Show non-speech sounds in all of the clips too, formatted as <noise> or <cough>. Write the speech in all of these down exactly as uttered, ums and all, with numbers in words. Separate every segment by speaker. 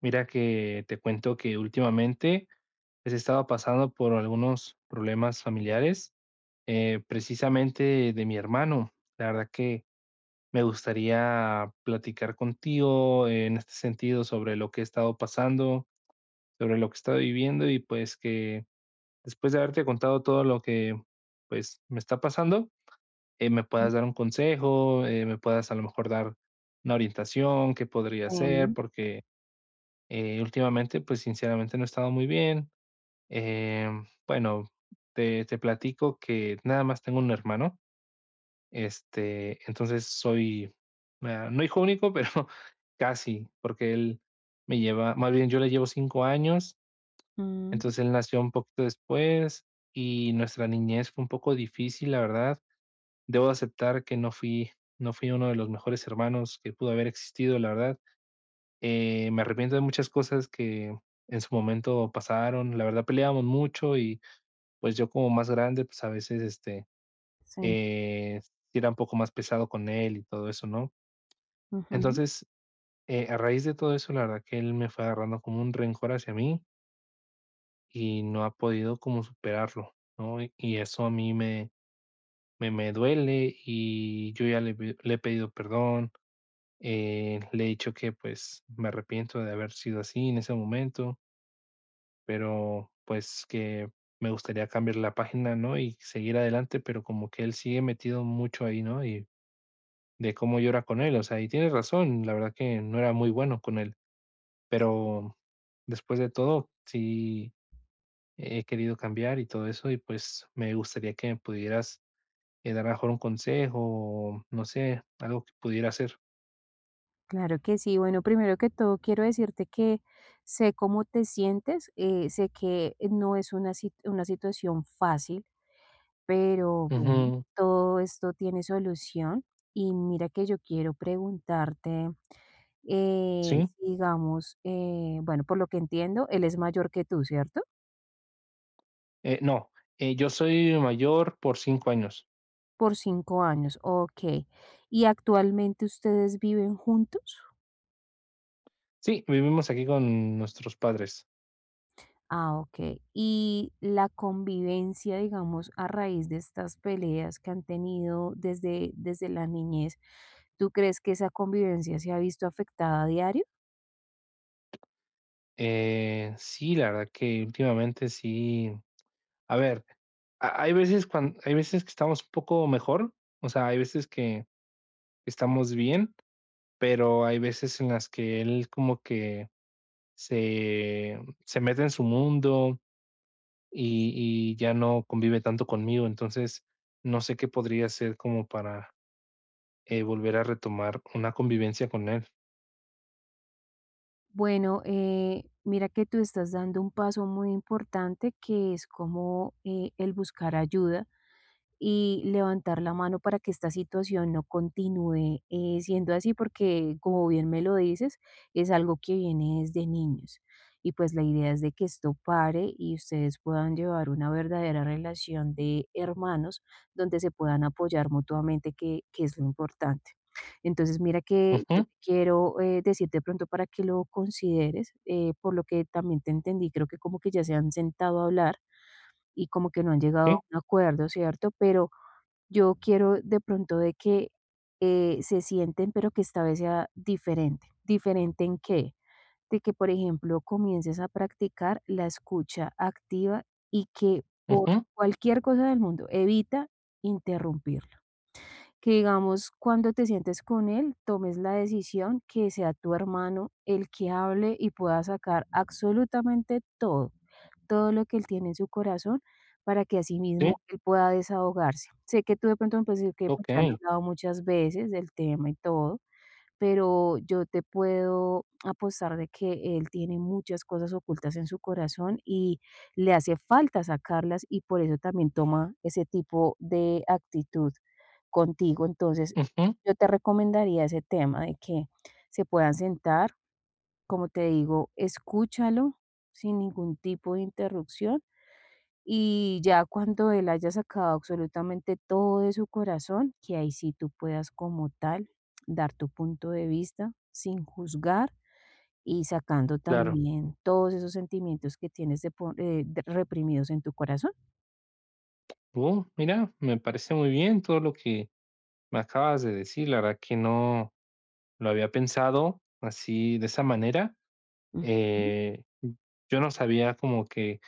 Speaker 1: Mira que te cuento que últimamente, pues, he estado pasando por algunos problemas familiares, eh, precisamente de mi hermano. La verdad que me gustaría platicar contigo eh, en este sentido sobre lo que he estado pasando, sobre lo que he estado viviendo y, pues, que después de haberte contado todo lo que, pues, me está pasando, eh, me
Speaker 2: Sí,
Speaker 1: puedas dar un consejo, eh, me puedas a lo mejor dar una orientación, qué podría hacer, porque eh, últimamente, pues, sinceramente no he estado muy bien. Em, bueno, te te platico que nada más tengo un hermano, este, entonces soy, ah, no, hijo único, pero <laughs> casi, porque él me lleva, más bien yo le llevo cinco años,
Speaker 2: mm,
Speaker 1: entonces él nació un poquito después y nuestra niñez fue un poco difícil, la verdad. Debo aceptar que no fui no fui uno de los mejores hermanos que pudo haber existido, la verdad. Eh, me arrepiento de muchas cosas que en su momento pasaron. La verdad peleábamos mucho y pues yo, como más grande, pues a veces, este,
Speaker 2: sí,
Speaker 1: eh, sí era un poco más pesado con él y todo eso, ¿no?
Speaker 2: ujú,
Speaker 1: Entonces, eh, a raíz de todo eso, la verdad que él me fue agarrando como un rencor hacia mí y no ha podido como superarlo, ¿no? Y, y eso a mí me, me, me duele, y yo ya le, pe- le he pedido perdón, eh, le he dicho que pues me arrepiento de haber sido así en ese momento, pero pues que me gustaría cambiar la página, ¿no? Y seguir adelante, pero como que él sigue metido mucho ahí, ¿no? Y de cómo llora con él, o sea, y tienes razón, la verdad que no era muy bueno con él, pero después de todo, sí he querido cambiar y todo eso, y pues me gustaría que me pudieras eh, dar a lo mejor un consejo, o no sé, algo que pudiera hacer.
Speaker 2: claro que sí. Bueno, primero que todo, quiero decirte que sé cómo te sientes, eh, sé que no es una, sit- una situación fácil, pero bueno,
Speaker 1: Ujú.
Speaker 2: todo esto tiene solución. Y mira que yo quiero preguntarte, eh,
Speaker 1: Sí.
Speaker 2: si digamos, eh, bueno, por lo que entiendo, él es mayor que tú, ¿cierto?
Speaker 1: Eh, no, eh, yo soy mayor por cinco años.
Speaker 2: Por cinco años, ok. ¿Y actualmente ustedes viven juntos?
Speaker 1: Sí, vivimos aquí con nuestros padres.
Speaker 2: Ah, ok. Y la convivencia, digamos, a raíz de estas peleas que han tenido desde, desde la niñez, ¿tú crees que esa convivencia se ha visto afectada a diario?
Speaker 1: Eh, sí, la verdad que últimamente sí. A ver, ha hay veces cuando, hay veces que estamos un poco mejor, o sea, hay veces que estamos bien, pero hay veces en las que él como que se se mete en su mundo, y y ya no convive tanto conmigo. Entonces, no sé qué podría hacer como para, eh, volver a retomar una convivencia con él.
Speaker 2: Bueno, eh, mira que tú estás dando un paso muy importante que es como eh, el buscar ayuda y levantar la mano para que esta situación no continúe, eh, siendo así, porque como bien me lo dices, es algo que viene desde niños. Y pues la idea es de que esto pare y ustedes puedan llevar una verdadera relación de hermanos donde se puedan apoyar mutuamente, que, que es lo importante. Entonces, mira que yo
Speaker 1: Ujú,
Speaker 2: te quiero, eh, decir de pronto para que lo consideres, eh, por lo que también te entendí, creo que como que ya se han sentado a hablar y como que no han llegado a
Speaker 1: sí,
Speaker 2: un acuerdo, ¿cierto? Pero yo quiero de pronto de que eh, se sienten, pero que esta vez sea diferente. ¿Diferente en qué? De que, por ejemplo, comiences a practicar la escucha activa y que por
Speaker 1: ujú,
Speaker 2: cualquier cosa del mundo evita interrumpirlo. Que digamos, cuando te sientes con él, tomes la decisión que sea tu hermano el que hable y pueda sacar absolutamente todo todo lo que él tiene en su corazón para que así mismo
Speaker 1: sí,
Speaker 2: él pueda desahogarse. Sé que tú de pronto me puedes decir que pues, ya han
Speaker 1: okey,
Speaker 2: hablado muchas veces del tema y todo, pero yo te puedo apostar de que él tiene muchas cosas ocultas en su corazón y le hace falta sacarlas y por eso también toma ese tipo de actitud contigo. Entonces,
Speaker 1: ujú,
Speaker 2: yo te recomendaría ese tema de que se puedan sentar, como te digo, escúchalo sin ningún tipo de interrupción y ya cuando él haya sacado absolutamente todo de su corazón, que ahí sí tú puedas como tal dar tu punto de vista sin juzgar y sacando
Speaker 1: claro.
Speaker 2: también todos esos sentimientos que tienes de po- eh, de- reprimidos en tu corazón.
Speaker 1: Uh, mira, me parece muy bien todo lo que me acabas de decir. La verdad que no lo había pensado así, de esa manera.
Speaker 2: Ujú.
Speaker 1: Eh, yo no sabía como que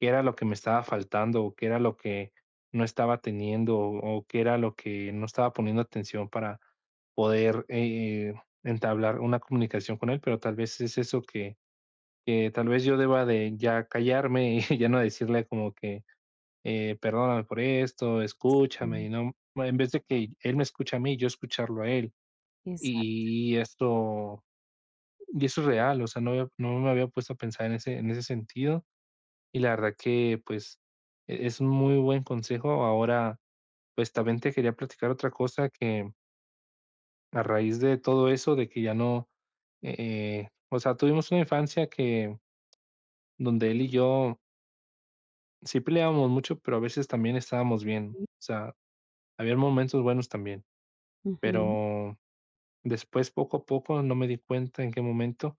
Speaker 1: qué era lo que me estaba faltando, o qué era lo que no estaba teniendo, o o qué era lo que no estaba poniendo atención, para poder eh, entablar una comunicación con él, pero tal vez es eso, que, que tal vez yo deba de ya callarme <laughs> y ya no decirle como que eh, perdóname por esto,
Speaker 2: Sim,
Speaker 1: escúchame, y no, en vez de que él me escuche a mí, yo escucharlo a él.
Speaker 2: exato.
Speaker 1: Y, y esto, y eso es real, o sea, no, había- no me había puesto a pensar en ese, en ese sentido. Y la verdad que, pues, e- es un muy buen consejo. Ahora, pues, también te quería platicar otra cosa, que a raíz de todo eso, de que ya no, eh, o sea, tuvimos una infancia que, donde él y yo sí peleábamos mucho, pero a veces también estábamos bien. O sea, había momentos buenos también.
Speaker 2: Ujú.
Speaker 1: Pero después, poco a poco, no me di cuenta en qué momento,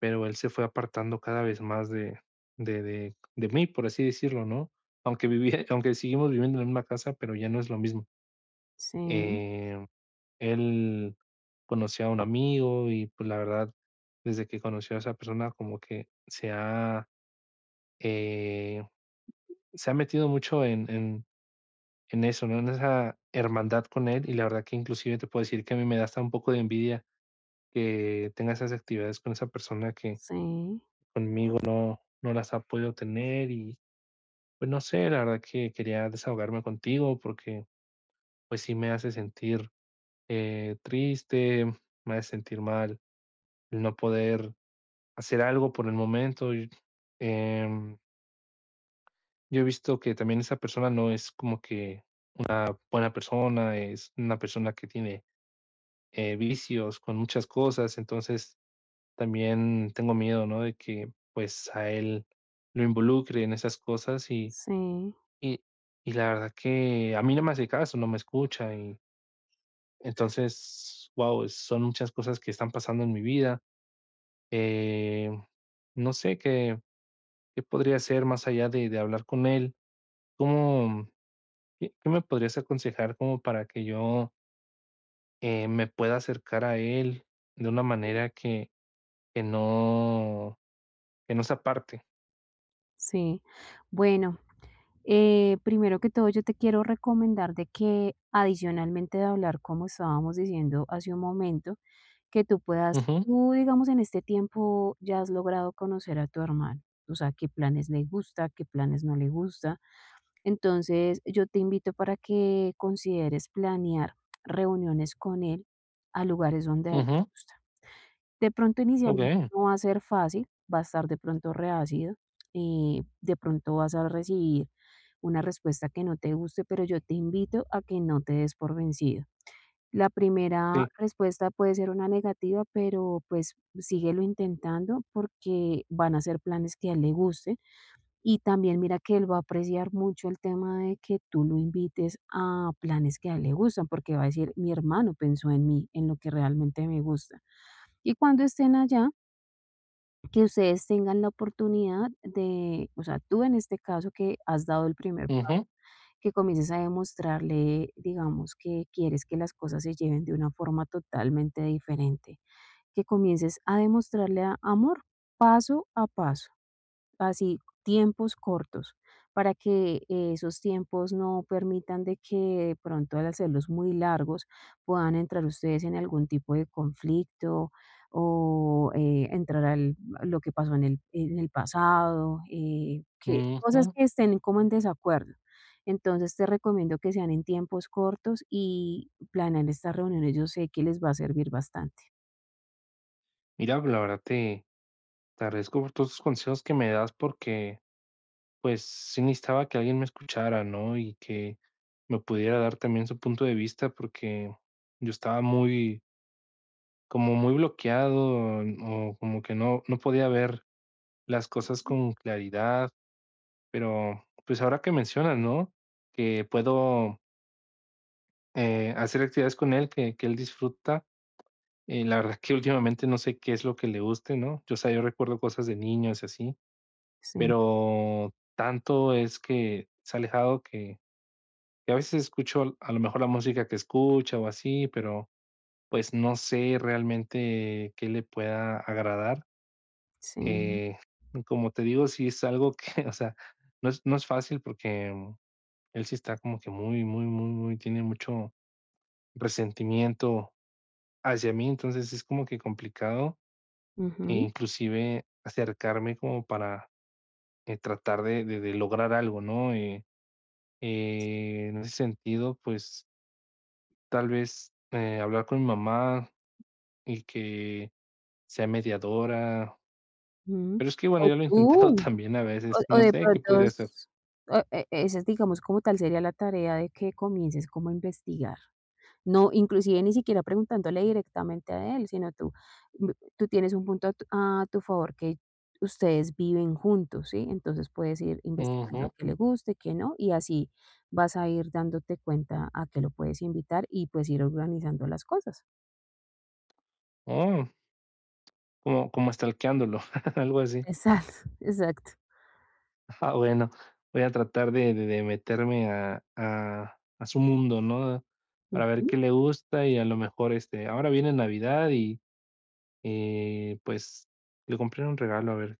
Speaker 1: pero él se fue apartando cada vez más de de de de mí, por así decirlo, ¿no? Aunque vivía <laughs> aunque seguimos viviendo en la misma casa, pero ya no es lo mismo.
Speaker 2: Sí,
Speaker 1: Eh, Él conocía a un amigo y, pues, la verdad, desde que conoció a esa persona, como que se ha, eh, se ha metido mucho en en en eso, ¿no? En esa hermandad con él, y la verdad que inclusive te puedo decir que a mí me da hasta un poco de envidia que tenga esas actividades con esa persona, que
Speaker 2: sí,
Speaker 1: conmigo no, no las ha podido tener. Y pues no sé, la verdad que quería desahogarme contigo, porque pues sí me hace sentir eh, triste, me hace sentir mal el no poder hacer algo por el momento. Y, em, yo he visto que también esa persona no es como que una buena persona, es una persona que tiene eh, vicios con muchas cosas, entonces también tengo miedo, ¿no? De que, pues, a él lo involucre en esas cosas. y
Speaker 2: sí,
Speaker 1: y y la verdad que a mí no me hace caso, no me escucha, y entonces, wow, son muchas cosas que están pasando en mi vida. Eh, no sé qué qué podría hacer más allá de de hablar con él. ¿Cómo, qué qué me podrías aconsejar como para que yo, eh, me pueda acercar a él de una manera que que no que no se aparte?
Speaker 2: sí. Bueno, eh, primero que todo yo te quiero recomendar de que adicionalmente de hablar, como estábamos diciendo hace un momento, que tú puedas,
Speaker 1: Ujú,
Speaker 2: tú digamos en este tiempo ya has logrado conocer a tu hermano, o sea, qué planes le gusta, qué planes no le gusta. Entonces, yo te invito para que consideres planear reuniones con él a lugares donde a él le
Speaker 1: ujú,
Speaker 2: gusta. De pronto, inicialmente
Speaker 1: okey.
Speaker 2: no va a ser fácil, va a estar de pronto reacido, eh, de pronto vas a recibir una respuesta que no te guste, pero yo te invito a que no te des por vencido. La primera
Speaker 1: Sí.
Speaker 2: respuesta puede ser una negativa, pero pues síguelo intentando porque van a ser planes que a él le gusten y también mira que él va a apreciar mucho el tema de que tú lo invites a planes que a él le gustan, porque va a decir, mi hermano pensó en mí, en lo que realmente me gusta. Y cuando estén allá, que ustedes tengan la oportunidad de, o sea, tú en este caso que has dado el primer paso,
Speaker 1: Ujú,
Speaker 2: que comiences a demostrarle, digamos, que quieres que las cosas se lleven de una forma totalmente diferente, que comiences a demostrarle a- amor paso a paso, así tiempos cortos para que eh, esos tiempos no permitan de que de pronto al hacerlos muy largos puedan entrar ustedes en algún tipo de conflicto o, eh, entrar al lo que pasó en el en el pasado, eh, que cosas
Speaker 1: ujú.
Speaker 2: que estén como en desacuerdo. Entonces, te recomiendo que sean en tiempos cortos y planear estas reuniones, yo sé que les va a servir bastante.
Speaker 1: Mira, pues, la verdad te te agradezco por todos los consejos que me das, porque, pues, sí necesitaba que alguien me escuchara, ¿no? Y que me pudiera dar también su punto de vista, porque yo estaba muy como muy bloqueado, o como que no no podía ver las cosas con claridad, pero, pues, ahora que mencionas, ¿no? Que puedo, eh, hacer actividades con él que que él disfruta. Eh, la verdad que últimamente no sé qué es lo que le guste, ¿no? Yo, o sea, yo recuerdo cosas de niños y así,
Speaker 2: Sí,
Speaker 1: pero tanto es que se ha alejado que, que a veces escucho, al- a lo mejor, la música que escucha o así, pero pues no sé realmente qué le pueda agradar.
Speaker 2: sí,
Speaker 1: Eh, Como te digo, sí es algo que, <laughs> o sea, no es, no es fácil porque, mm, él sí está como que muy, muy, muy, muy, tiene mucho resentimiento hacia mí, entonces es como que complicado e
Speaker 2: ujú,
Speaker 1: inclusive acercarme como para, eh, tratar de de de lograr algo, ¿no? Eh, eh, en ese sentido, pues, tal vez, eh, hablar con mi mamá y que sea mediadora,
Speaker 2: ujú.
Speaker 1: pero es que, bueno,
Speaker 2: O
Speaker 1: ya lo he intentado <laughs>
Speaker 2: tú,
Speaker 1: también a veces,
Speaker 2: o o
Speaker 1: no
Speaker 2: de
Speaker 1: sé, ¿qué
Speaker 2: pronto
Speaker 1: podría hacer?
Speaker 2: s o e esa, es, digamos, como tal sería la tarea de que comiences como a investigar. No, inclusive ni siquiera preguntándole directamente a él, sino tú, mm, tú tienes un punto a tu a tu favor que ustedes viven juntos, ¿sí? Entonces puedes ir investigando
Speaker 1: Ujú.
Speaker 2: qué le gusta y qué no, y así vas a ir dándote cuenta a qué lo puedes invitar y pues ir organizando las cosas.
Speaker 1: Oh, como como stalkeándolo, <laughs> algo así.
Speaker 2: Exacto, <laughs> exacto.
Speaker 1: Ah, bueno, voy a tratar de de de meterme a a a su mundo, ¿no? Para ver
Speaker 2: Ujú.
Speaker 1: qué le gusta, y a lo mejor, este, ahora viene Navidad y Eh, pues, le compré un regalo, a ver,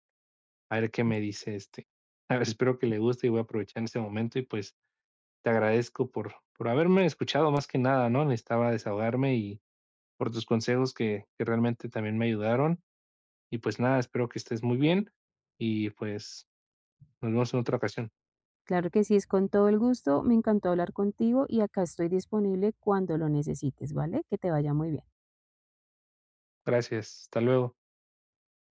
Speaker 1: a ver qué me dice, este, <laughs> a ver, espero que le guste, y voy a aprovechar ese momento y, pues, te agradezco por por haberme escuchado más que nada, ¿no? Necesitaba desahogarme, y por tus consejos que que realmente también me ayudaron. Y, pues, nada, espero que estés muy bien y, pues, nos vemos en otra ocasión.
Speaker 2: Claro que sí, es con todo el gusto. Me encantó hablar contigo y acá estoy disponible cuando lo necesites, ¿vale? Que te vaya muy bien.
Speaker 1: Gracias, hasta luego.